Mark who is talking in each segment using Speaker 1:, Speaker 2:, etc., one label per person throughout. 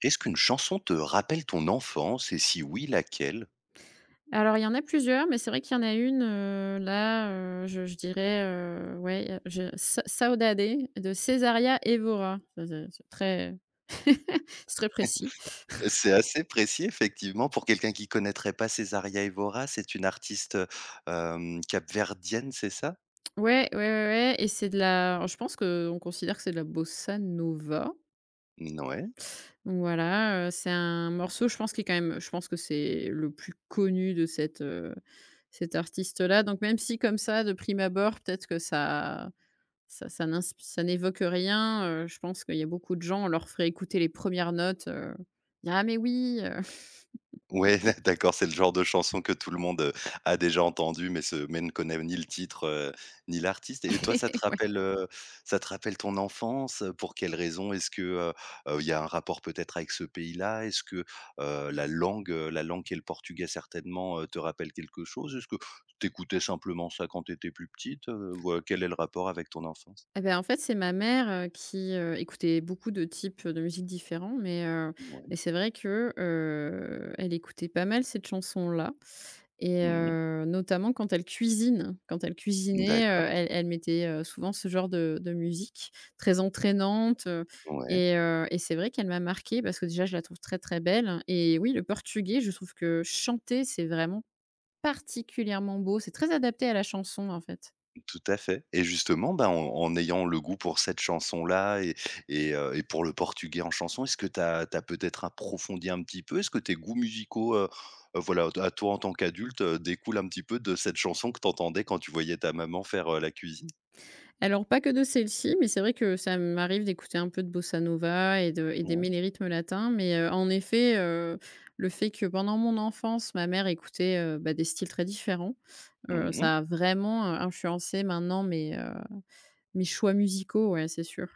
Speaker 1: Est-ce qu'une chanson te rappelle ton enfance et si oui, laquelle?
Speaker 2: Alors il y en a plusieurs, mais c'est vrai qu'il y en a une, là, je dirais, ouais, je Sa Saudade de Cesaria Evora. Ça c'est très c'est très précis.
Speaker 1: C'est assez précis effectivement pour quelqu'un qui connaîtrait pas Césaria Évora, c'est une artiste, capverdienne, c'est ça?
Speaker 2: Ouais, ouais, ouais, ouais, et c'est de la alors je pense que on considère que c'est de la bossa nova.
Speaker 1: N Ouais.
Speaker 2: Donc voilà, c'est un morceau, je pense, qui est quand même, je pense que c'est le plus connu de cette artiste là. Donc, même si comme ça de prime abord, peut-être que ça n'évoque rien, je pense qu'il y a beaucoup de gens, on leur ferait écouter les premières notes, ils «Ah mais oui»
Speaker 1: Ouais, d'accord, c'est le genre de chanson que tout le monde, a déjà entendue, mais se mais ne connaît ni le titre, ni l'artiste. Et toi,
Speaker 2: Ouais.
Speaker 1: ça te rappelle ton enfance? Pour quelles raisons? Il y a un rapport peut-être avec ce pays-là? Est-ce que, la langue qui est le portugais certainement, te rappelle quelque chose? Est-ce que t'écoutais simplement ça quand tu étais plus petite? Voi Quel est le rapport avec ton enfance?
Speaker 2: Et bah, en fait, c'est ma mère, qui écoutait beaucoup de types de musique différents, mais heu,
Speaker 1: Ouais.
Speaker 2: mais c'est vrai que, elle écoutait pas mal cette chanson-là.
Speaker 1: Mmh.
Speaker 2: Notamment quand elle cuisine. Quand elle cuisinait,
Speaker 1: D'accord.
Speaker 2: heu, elle mettait souvent ce genre de musique très entraînante, heu
Speaker 1: Ouais.
Speaker 2: et heu et c'est vrai qu'elle m'a marquée parce que déjà je la trouve très, très belle. Et oui, le portugais, je trouve que chanter, c'est vraiment particulièrement beau. C'est très adapté à la chanson, en fait.
Speaker 1: Tout à fait. Et justement, ben, en en ayant le goût pour cette chanson-là et et pour le portugais en chanson, est-ce que tu as peut-être approfondi un petit peu? Est-ce que tes goûts musicaux, voilà, à toi en tant qu'adulte, découlent un petit peu de cette chanson que tu entendais quand tu voyais ta maman faire, la cuisine?
Speaker 2: Alors, pas que de celle-ci, mais c'est vrai que ça m'arrive d'écouter un peu de bossa nova et
Speaker 1: Ouais.
Speaker 2: d'aimer les rythmes latins, mais en effet, le fait que pendant mon enfance, ma mère écoutait, bah, des styles très différents.
Speaker 1: Mmh.
Speaker 2: Ça a vraiment influencé maintenant mes choix musicaux, ouais, c'est sûr.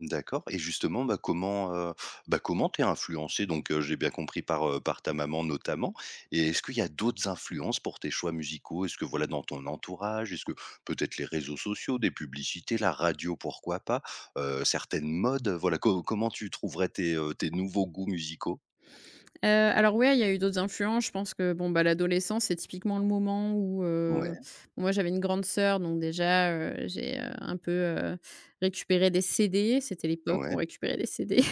Speaker 1: D'accord. Et justement, bah, comment t'es influencé donc, j'ai bien compris par, par ta maman notamment. Et est-ce qu'il y a d'autres influences pour tes choix musicaux? Est-ce que voilà dans ton entourage? Est-ce que peut-être les réseaux sociaux, des publicités, la radio pourquoi pas? Certaines modes, voilà co comment tu trouverais tes, tes nouveaux goûts musicaux?
Speaker 2: Alors ouais, il y a eu d'autres influences. Je pense que bon, bah, l'adolescence, c'est typiquement le moment où,
Speaker 1: Ouais,
Speaker 2: bon, moi j'avais une grande sœur, donc déjà, j'ai un peu récupéré des CD. C'était l'époque où on
Speaker 1: ouais,
Speaker 2: récupérait des CD.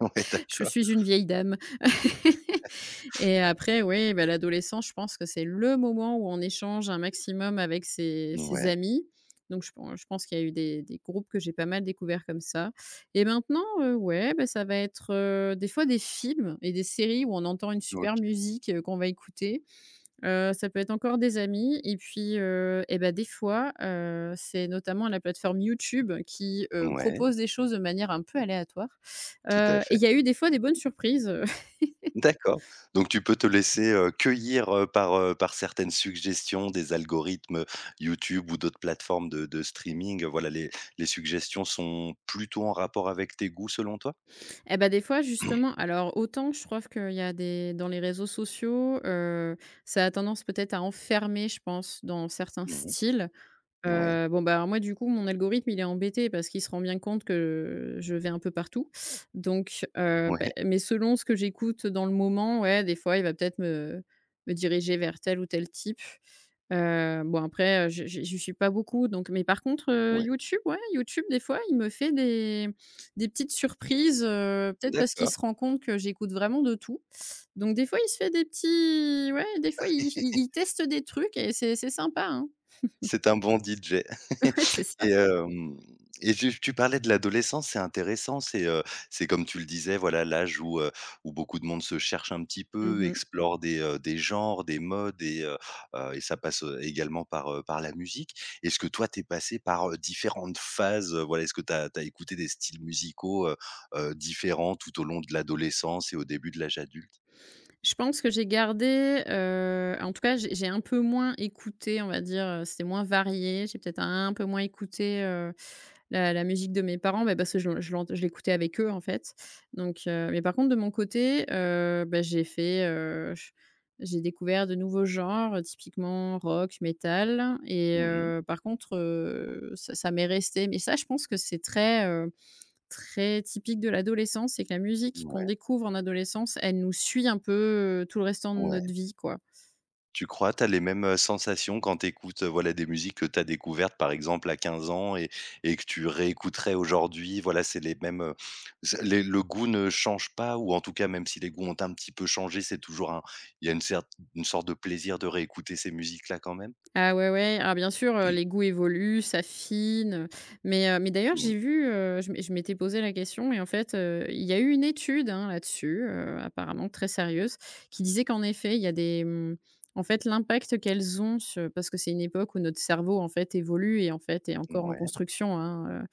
Speaker 1: ouais
Speaker 2: Je
Speaker 1: d'accord.
Speaker 2: suis une vieille dame. Et après, oui, bah, l'adolescence, je pense que c'est le moment où on échange un maximum avec ses
Speaker 1: Ouais,
Speaker 2: amis. Donc, je pense qu'il y a eu des groupes que j'ai pas mal découverts comme ça. Et maintenant, ouais, bah, ça va être des fois des films et des séries où on entend une super
Speaker 1: OK.
Speaker 2: musique qu'on va écouter. Ça peut être encore des amis. Et puis, ben des fois, c'est notamment la plateforme YouTube qui
Speaker 1: Ouais,
Speaker 2: propose des choses de manière un peu aléatoire.
Speaker 1: tout à
Speaker 2: Il
Speaker 1: fait.
Speaker 2: y a eu des fois des bonnes surprises.
Speaker 1: D'accord, donc tu peux te laisser, cueillir, par certaines suggestions des algorithmes YouTube ou d'autres plateformes de streaming. Voilà, les suggestions sont plutôt en rapport avec tes goûts selon toi?
Speaker 2: Bah, des fois justement, alors autant je trouve qu'il y a des dans les réseaux sociaux, ça a tendance peut-être à enfermer, je pense, dans certains
Speaker 1: Mmh.
Speaker 2: styles.
Speaker 1: Ouais,
Speaker 2: Bon, bah, alors moi, du coup, mon algorithme, il est embêté parce qu'il se rend bien compte que je vais un peu partout. Donc, bah,
Speaker 1: ouais,
Speaker 2: mais selon ce que j'écoute dans le moment, ouais, des fois, il va peut-être me diriger vers tel ou tel type. Bon, après, je suis pas beaucoup, donc mais par contre,
Speaker 1: ouais,
Speaker 2: YouTube, ouais, YouTube, des fois, il me fait des petites surprises, peut-être parce qu'il
Speaker 1: d'accord.
Speaker 2: se rend compte que j'écoute vraiment de tout. Donc des fois, il se fait des petits ouais, des fois, il teste des trucs et c'est sympa, hein.
Speaker 1: C'est un bon DJ.
Speaker 2: Ouais, c'est ça.
Speaker 1: et hem et tu parlais de l'adolescence. C'est intéressant, c'est comme tu le disais, voilà, l'âge où, où beaucoup de monde se cherche un petit peu,
Speaker 2: Mmh.
Speaker 1: explore des genres, des modes et ça passe, également par, par la musique. Est-ce que toi, t'es passé par, différentes phases, voilà, est-ce que tu as écouté des styles musicaux, différents tout au long de l'adolescence et au début de l'âge adulte?
Speaker 2: Je pense que j'ai gardé, en tout cas, j'ai un peu moins écouté, on va dire, c'était moins varié. J'ai peut-être un peu moins écouté, la musique de mes parents, bah, parce que je l'écoutais avec eux, en fait. Donc, mais par contre, de mon côté, bah, j'ai fait, j j'ai découvert de nouveaux genres, typiquement rock, métal. et
Speaker 1: Mmh.
Speaker 2: heu, par contre, ça m'est resté. Mais ça, je pense que c'est très typique de l'adolescence. C'est que la musique qu'on
Speaker 1: Ouais,
Speaker 2: découvre en adolescence, elle nous suit un peu, tout le restant de
Speaker 1: ouais.
Speaker 2: notre vie, quoi.
Speaker 1: Tu crois? Tu as les mêmes, sensations quand tu écoutes, voilà, des musiques que tu as découvertes, par exemple, à 15 ans et que tu réécouterais aujourd'hui? Voilà, c'est les mêmes, c'est les le goût ne change pas, ou en tout cas, même si les goûts ont un petit peu changé, c'est toujours un il y a une cer une sorte de plaisir de réécouter ces musiques-là quand même?
Speaker 2: Ah ouais, ouais, alors bien sûr, les goûts évoluent, s'affinent, mais d'ailleurs j'ai vu, je m'étais posé la question. Et en fait, il y a eu une étude, hein, là-dessus, apparemment très sérieuse, qui disait qu'en effet, il y a en fait, l'impact qu'elles ont su, parce que c'est une époque où notre cerveau, en fait, évolue et, en fait, est
Speaker 1: Mmh,
Speaker 2: encore en
Speaker 1: ouais.
Speaker 2: construction, hein.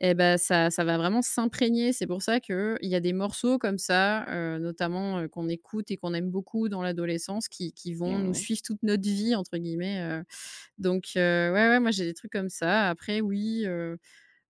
Speaker 2: Et ben ça va vraiment s'imprégner. C'est pour ça qu'il y a des morceaux comme ça, notamment, qu'on écoute et qu'on aime beaucoup dans l'adolescence qui vont nous
Speaker 1: Mmh.
Speaker 2: suivre «toute notre vie» entre guillemets. Donc, ouais, ouais, moi j'ai des trucs comme ça. Après oui,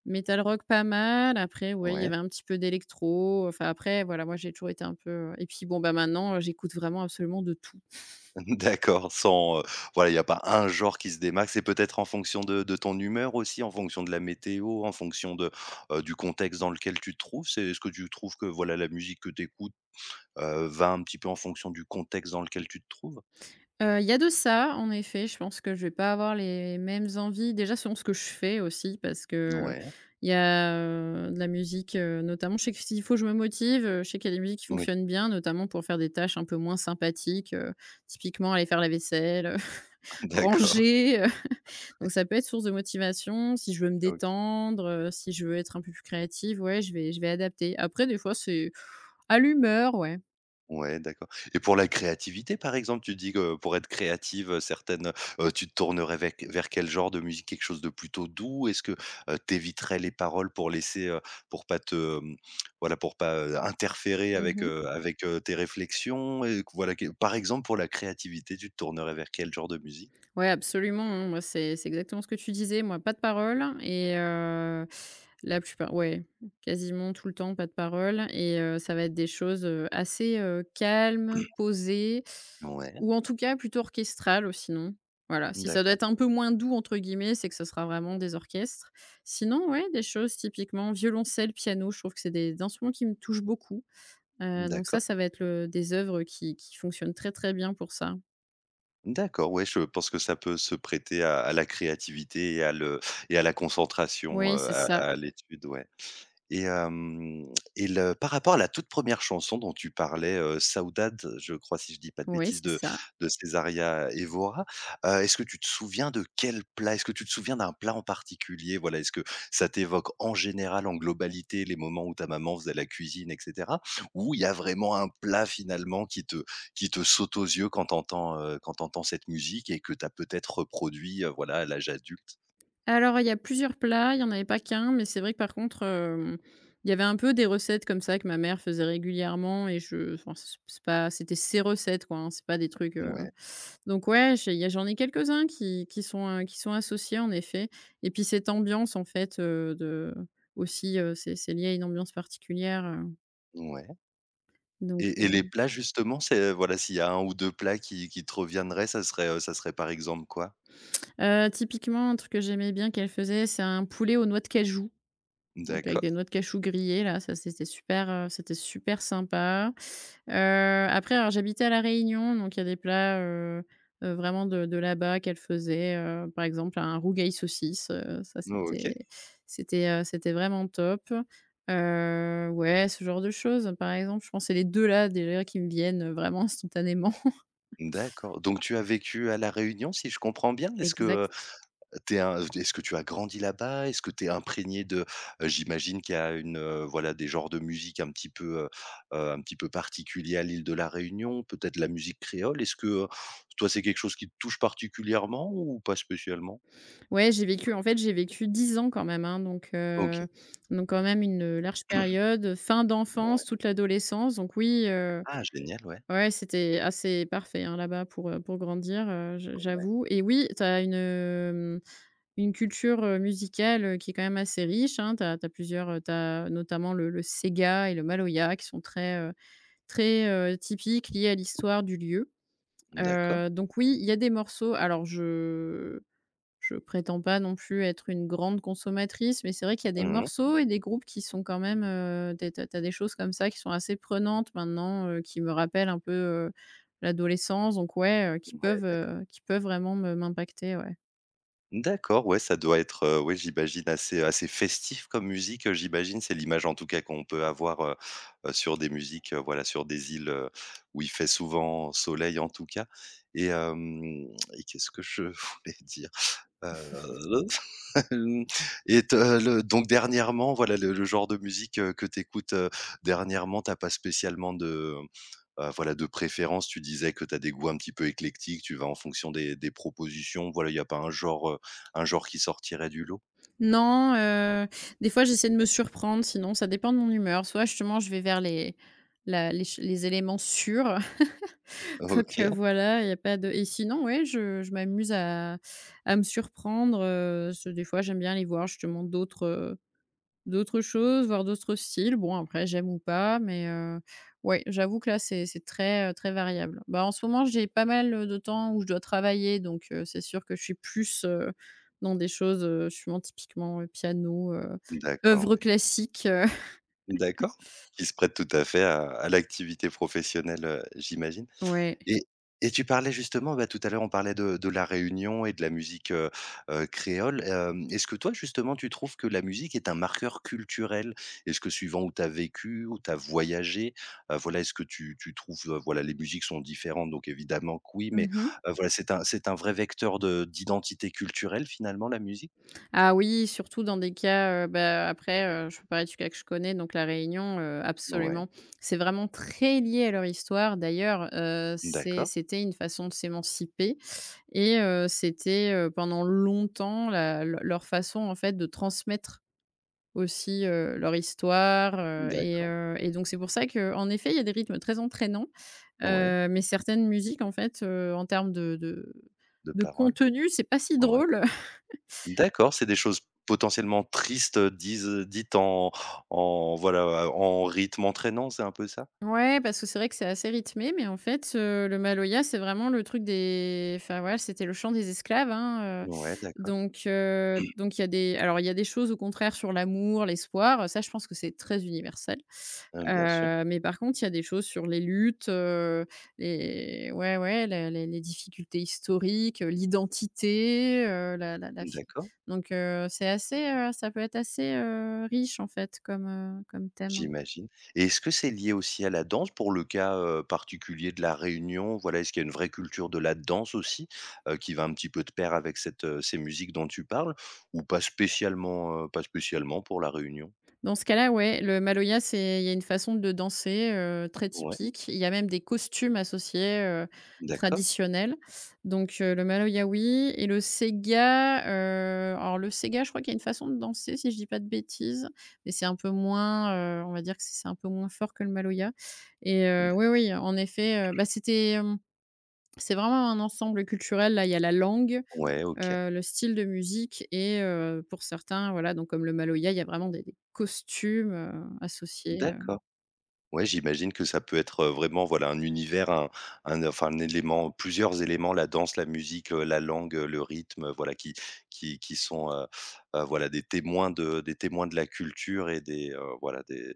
Speaker 2: metal rock pas mal, après ouais, il y
Speaker 1: Ouais.
Speaker 2: avait un petit peu d'électro, enfin après voilà, moi j'ai toujours été un peu, et puis bon, bah, maintenant, j'écoute vraiment absolument de tout.
Speaker 1: D'accord, sans, voilà, il n'y a pas un genre qui se démarque. C'est peut-être en fonction de ton humeur aussi, en fonction de la météo, en fonction de, du contexte dans lequel tu te trouves? C'est Est-ce que tu trouves que, voilà, la musique que tu écoutes, va un petit peu en fonction du contexte dans lequel tu te trouves?
Speaker 2: Il y a de ça, en effet. Je pense que je vais pas avoir les mêmes envies, déjà selon ce que je fais aussi, parce que
Speaker 1: Ouais,
Speaker 2: il y a de la musique, notamment je sais que s'il faut je me motive, je sais qu'il y a des musiques qui
Speaker 1: oui,
Speaker 2: fonctionnent bien, notamment pour faire des tâches un peu moins sympathiques, typiquement aller faire la vaisselle,
Speaker 1: d'accord,
Speaker 2: ranger,
Speaker 1: ouais,
Speaker 2: donc ça peut être source de motivation. Si je veux me
Speaker 1: oui.
Speaker 2: détendre, si je veux être un peu plus créative, ouais, je vais adapter. Après des fois c'est à l'humeur, ouais.
Speaker 1: Ouais, d'accord. Et pour la créativité, par exemple, tu dis que pour être créative, tu te tournerais vec vers quel genre de musique? Quelque chose de plutôt doux? Est-ce que, tu éviterais les paroles pour laisser, pour pas te, voilà, pour pas, interférer avec,
Speaker 2: Mmh.
Speaker 1: tes réflexions, et que voilà que par exemple, pour la créativité, tu te tournerais vers quel genre de musique?
Speaker 2: Ouais, absolument, hein. Moi, c'est exactement ce que tu disais. Moi, pas de parole et la plupart, ouais, quasiment tout le temps, pas de parole. Ça va être des choses, assez, calmes, posées,
Speaker 1: Ouais,
Speaker 2: ou en tout cas plutôt orchestrales, sinon. Voilà, si ça doit
Speaker 1: d'accord,
Speaker 2: être un peu «moins doux» entre guillemets, c'est que ce sera vraiment des orchestres. Sinon, ouais, des choses typiquement violoncelle, piano, je trouve que c'est des instruments qui me touchent beaucoup, donc ça,
Speaker 1: d'accord,
Speaker 2: ça va être le des œuvres qui fonctionnent très, très bien pour ça.
Speaker 1: d'accord, ouais, je pense que ça peut se prêter à la créativité, et à la concentration,
Speaker 2: Oui, c'est
Speaker 1: à
Speaker 2: ça.
Speaker 1: l'étude, ouais. Et hem et le par rapport à la toute première chanson dont tu parlais, Saudade, je crois, si je dis pas de
Speaker 2: Oui,
Speaker 1: bêtises,
Speaker 2: c'est ça.
Speaker 1: de Césaria Évora, est-ce que tu te souviens de quel plat? Est-ce que tu te souviens d'un plat en particulier? Voilà, est-ce que ça t'évoque en général, en globalité, les moments où ta maman faisait la cuisine et cetera? Ou il y a vraiment un plat finalement qui te saute aux yeux quand t'entends cette musique et que t'as peut-être reproduit, voilà, à l'âge adulte?
Speaker 2: Alors, il y a plusieurs plats, il y en avait pas qu'un, mais c'est vrai que par contre, il y avait un peu des recettes comme ça que ma mère faisait régulièrement. Et je enfin c c'est pas c'était ses recettes, quoi, hein, c'est pas des trucs.
Speaker 1: Ouais,
Speaker 2: Donc, ouais, j'ai il y a j'en ai quelques-uns qui sont associés, en effet. Et puis cette ambiance, en fait, c'est lié à une ambiance particulière, heu,
Speaker 1: ouais.
Speaker 2: donc
Speaker 1: Et les
Speaker 2: heu
Speaker 1: plats justement, c'est, voilà, s'il y a un ou 2 plats qui te reviendraient, ça serait par exemple quoi?
Speaker 2: heu, typiquement un truc que j'aimais bien qu'elle faisait, c'est un poulet aux noix de cajou. Donc, avec
Speaker 1: D'accord.
Speaker 2: des noix de cachou grillées là, ça c'était super, c'était super sympa. Heu, Après, alors j'habitais à La Réunion, donc il y a des plats, vraiment de là-bas qu'elle faisait, par exemple un rougail saucisse, ça
Speaker 1: Oh, OK,
Speaker 2: c'était vraiment top. Ouais, ce genre de choses, par exemple, je pense c'est les 2 là, déjà qui me viennent vraiment instantanément.
Speaker 1: d'accord. Donc tu as vécu à La Réunion, si je comprends bien? Est-ce que,
Speaker 2: Exact.
Speaker 1: tu un est-ce que tu as grandi là-bas? Est-ce que tu es imprégné de, j'imagine qu'il y a une, voilà, des genres de musique un petit peu particuliers à l'île de La Réunion, peut-être la musique créole? Est-ce que, toi, c'est quelque chose qui te touche particulièrement ou pas spécialement?
Speaker 2: Ouais, j'ai vécu 10 ans quand même, hein, donc
Speaker 1: OK.
Speaker 2: heu, donc quand même une large période, fin
Speaker 1: Ouais.
Speaker 2: d'enfance, toute l'adolescence, donc oui,
Speaker 1: Ah génial, ouais.
Speaker 2: ouais, c'était assez parfait, hein, là-bas pour grandir, je
Speaker 1: Ouais.
Speaker 2: j'avoue. Et oui, tu as une culture musicale, qui est quand même assez riche, hein. Tu as plusieurs, tu as notamment le séga et le maloya qui sont très, typiques, liés à l'histoire du lieu,
Speaker 1: D'accord.
Speaker 2: heu, donc oui, il y a des morceaux, alors je prétends pas non plus être une grande consommatrice, mais c'est vrai qu'il y a des
Speaker 1: Mmh.
Speaker 2: morceaux et des groupes qui sont quand même, des tu as des choses comme ça qui sont assez prenantes maintenant, qui me rappellent un peu, l'adolescence, donc ouais,
Speaker 1: Ouais, d'accord.
Speaker 2: qui peuvent vraiment me m'impacter, ouais.
Speaker 1: D'accord, ouais, ça doit être, j'imagine assez assez festif comme musique, j'imagine. C'est l'image en tout cas qu'on peut avoir, sur des musiques, voilà, sur des îles, où il fait souvent soleil en tout cas. Et hem et qu'est-ce que je voulais dire? Heu, et te le donc dernièrement, voilà, le genre de musique, que tu écoutes, dernièrement, t'as pas spécialement de. Voilà, de préférence, tu disais que tu as des goûts un petit peu éclectiques, tu vas en fonction des propositions. Voilà, il n'y a pas un genre, un genre qui sortirait du lot?
Speaker 2: Non, des fois j'essaie de me surprendre, sinon ça dépend de mon humeur. Soit justement je vais vers les la les ch les éléments sûrs. Donc
Speaker 1: OK,
Speaker 2: heu, voilà, il y a pas de. Et sinon ouais, je m'amuse à me surprendre, parce que des fois j'aime bien aller voir justement d'autres choses, voir d'autres styles. Bon, après j'aime ou pas, mais ouais, j'avoue que là c'est très variable. Bah, en ce moment, j'ai pas mal de temps où je dois travailler, donc c'est sûr que je suis plus, je suis moins typiquement piano,
Speaker 1: d'accord,
Speaker 2: œuvres
Speaker 1: ouais.
Speaker 2: classiques.
Speaker 1: D'accord. Qui se prête tout à fait à l'activité professionnelle, j'imagine.
Speaker 2: Ouais.
Speaker 1: Et et tu parlais justement, bah, tout à l'heure, on parlait de La Réunion et de la musique, créole. Est-ce que toi, justement, tu trouves que la musique est un marqueur culturel? Est-ce que suivant où tu as vécu, où tu as voyagé, voilà, est-ce que tu trouves, voilà, les musiques sont différentes, donc évidemment que oui, mais,
Speaker 2: Mmh.
Speaker 1: voilà, c'est un vrai vecteur de d'identité culturelle, finalement, la musique?
Speaker 2: Ah oui, surtout dans des cas, bah, après, je peux parler du cas que je connais, donc La Réunion,
Speaker 1: Ouais,
Speaker 2: absolument. C'est vraiment très lié à leur histoire. D'ailleurs,
Speaker 1: d'accord,
Speaker 2: c'était une façon de s'émanciper. Et c'était pendant longtemps la le leur façon, en fait, de transmettre aussi leur histoire, heu et
Speaker 1: d'accord,
Speaker 2: heu et donc c'est pour ça que, en effet, il y a des rythmes très entraînants,
Speaker 1: ouais,
Speaker 2: heu, mais certaines musiques, en fait, en termes de de
Speaker 1: de
Speaker 2: de
Speaker 1: paroles,
Speaker 2: contenu, c'est pas si
Speaker 1: ouais.
Speaker 2: drôle.
Speaker 1: D'accord, c'est des choses potentiellement tristes, disent dites en voilà, en rythme entraînant, c'est un peu ça?
Speaker 2: Ouais, parce que c'est vrai que c'est assez rythmé, mais en fait, le maloya, c'est vraiment le truc des enfin voilà, c'était le chant des esclaves, hein, heu,
Speaker 1: Ouais, d'accord.
Speaker 2: donc heu, donc il y a des alors il y a des choses au contraire sur l'amour, l'espoir, ça je pense que c'est très universel.
Speaker 1: Mmh, bien sûr.
Speaker 2: Mais par contre, il y a des choses sur les luttes, les ouais, ouais, les difficultés historiques, l'identité, la la la fi
Speaker 1: D'accord,
Speaker 2: Donc, ça peut être assez riche en fait comme thème.
Speaker 1: j'imagine. Et est-ce que c'est lié aussi à la danse pour le cas, particulier de la Réunion? Voilà, est-ce qu'il y a une vraie culture de la danse aussi, qui va un petit peu de pair avec cette, ces musiques dont tu parles? Ou pas spécialement, pour la Réunion?
Speaker 2: Dans ce cas-là, ouais, le maloya, c'est il y a une façon de danser, très
Speaker 1: Ouais,
Speaker 2: typique. Il y a même des costumes associés,
Speaker 1: d'accord.
Speaker 2: traditionnels. Donc, le maloya, oui. Et le sega, je crois qu'il y a une façon de danser, si je dis pas de bêtises, mais c'est un peu moins, on va dire que c'est un peu moins fort que le maloya. Et
Speaker 1: D'a
Speaker 2: oui, oui, en effet, bah, c'est vraiment un ensemble culturel. Là, il y a la langue,
Speaker 1: ouais, OK.
Speaker 2: heu, le style de musique. Pour certains, voilà, donc comme le Maloya, il y a vraiment des costumes associés.
Speaker 1: D'accord. Ouais, j'imagine que ça peut être, vraiment, voilà, un univers, un enfin, un élément, plusieurs éléments, la danse, la musique, la langue, le rythme, voilà, qui sont, voilà, des témoins de la culture, et des, heu, voilà, des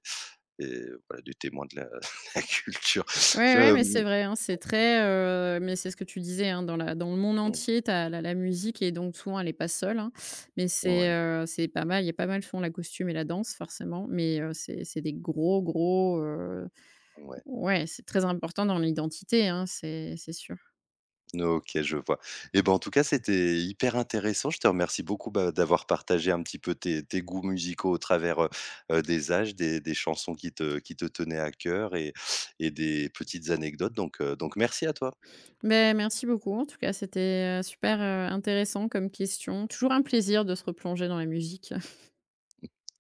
Speaker 1: des voilà, des témoins de la la culture.
Speaker 2: Ouais, ouais,
Speaker 1: Je,
Speaker 2: mais
Speaker 1: mmh,
Speaker 2: c'est vrai, hein, mais c'est ce que tu disais, hein, dans le monde
Speaker 1: mmh,
Speaker 2: entier, t'as la musique et donc souvent elle est pas seule, hein,
Speaker 1: ouais,
Speaker 2: c'est pas mal, il y a pas mal font la costume et la danse forcément, mais c'est des gros, gros,
Speaker 1: ouais.
Speaker 2: ouais, c'est très important dans l'identité, hein, c'est sûr.
Speaker 1: OK, je vois. Et ben, en tout cas, c'était hyper intéressant. Je te remercie beaucoup, bah, d'avoir partagé un petit peu tes goûts musicaux au travers, des âges, des chansons qui te tenaient à cœur et des petites anecdotes donc merci à toi.
Speaker 2: Beh, merci beaucoup. En tout cas, c'était super, intéressant comme question. Toujours un plaisir de se replonger dans la musique.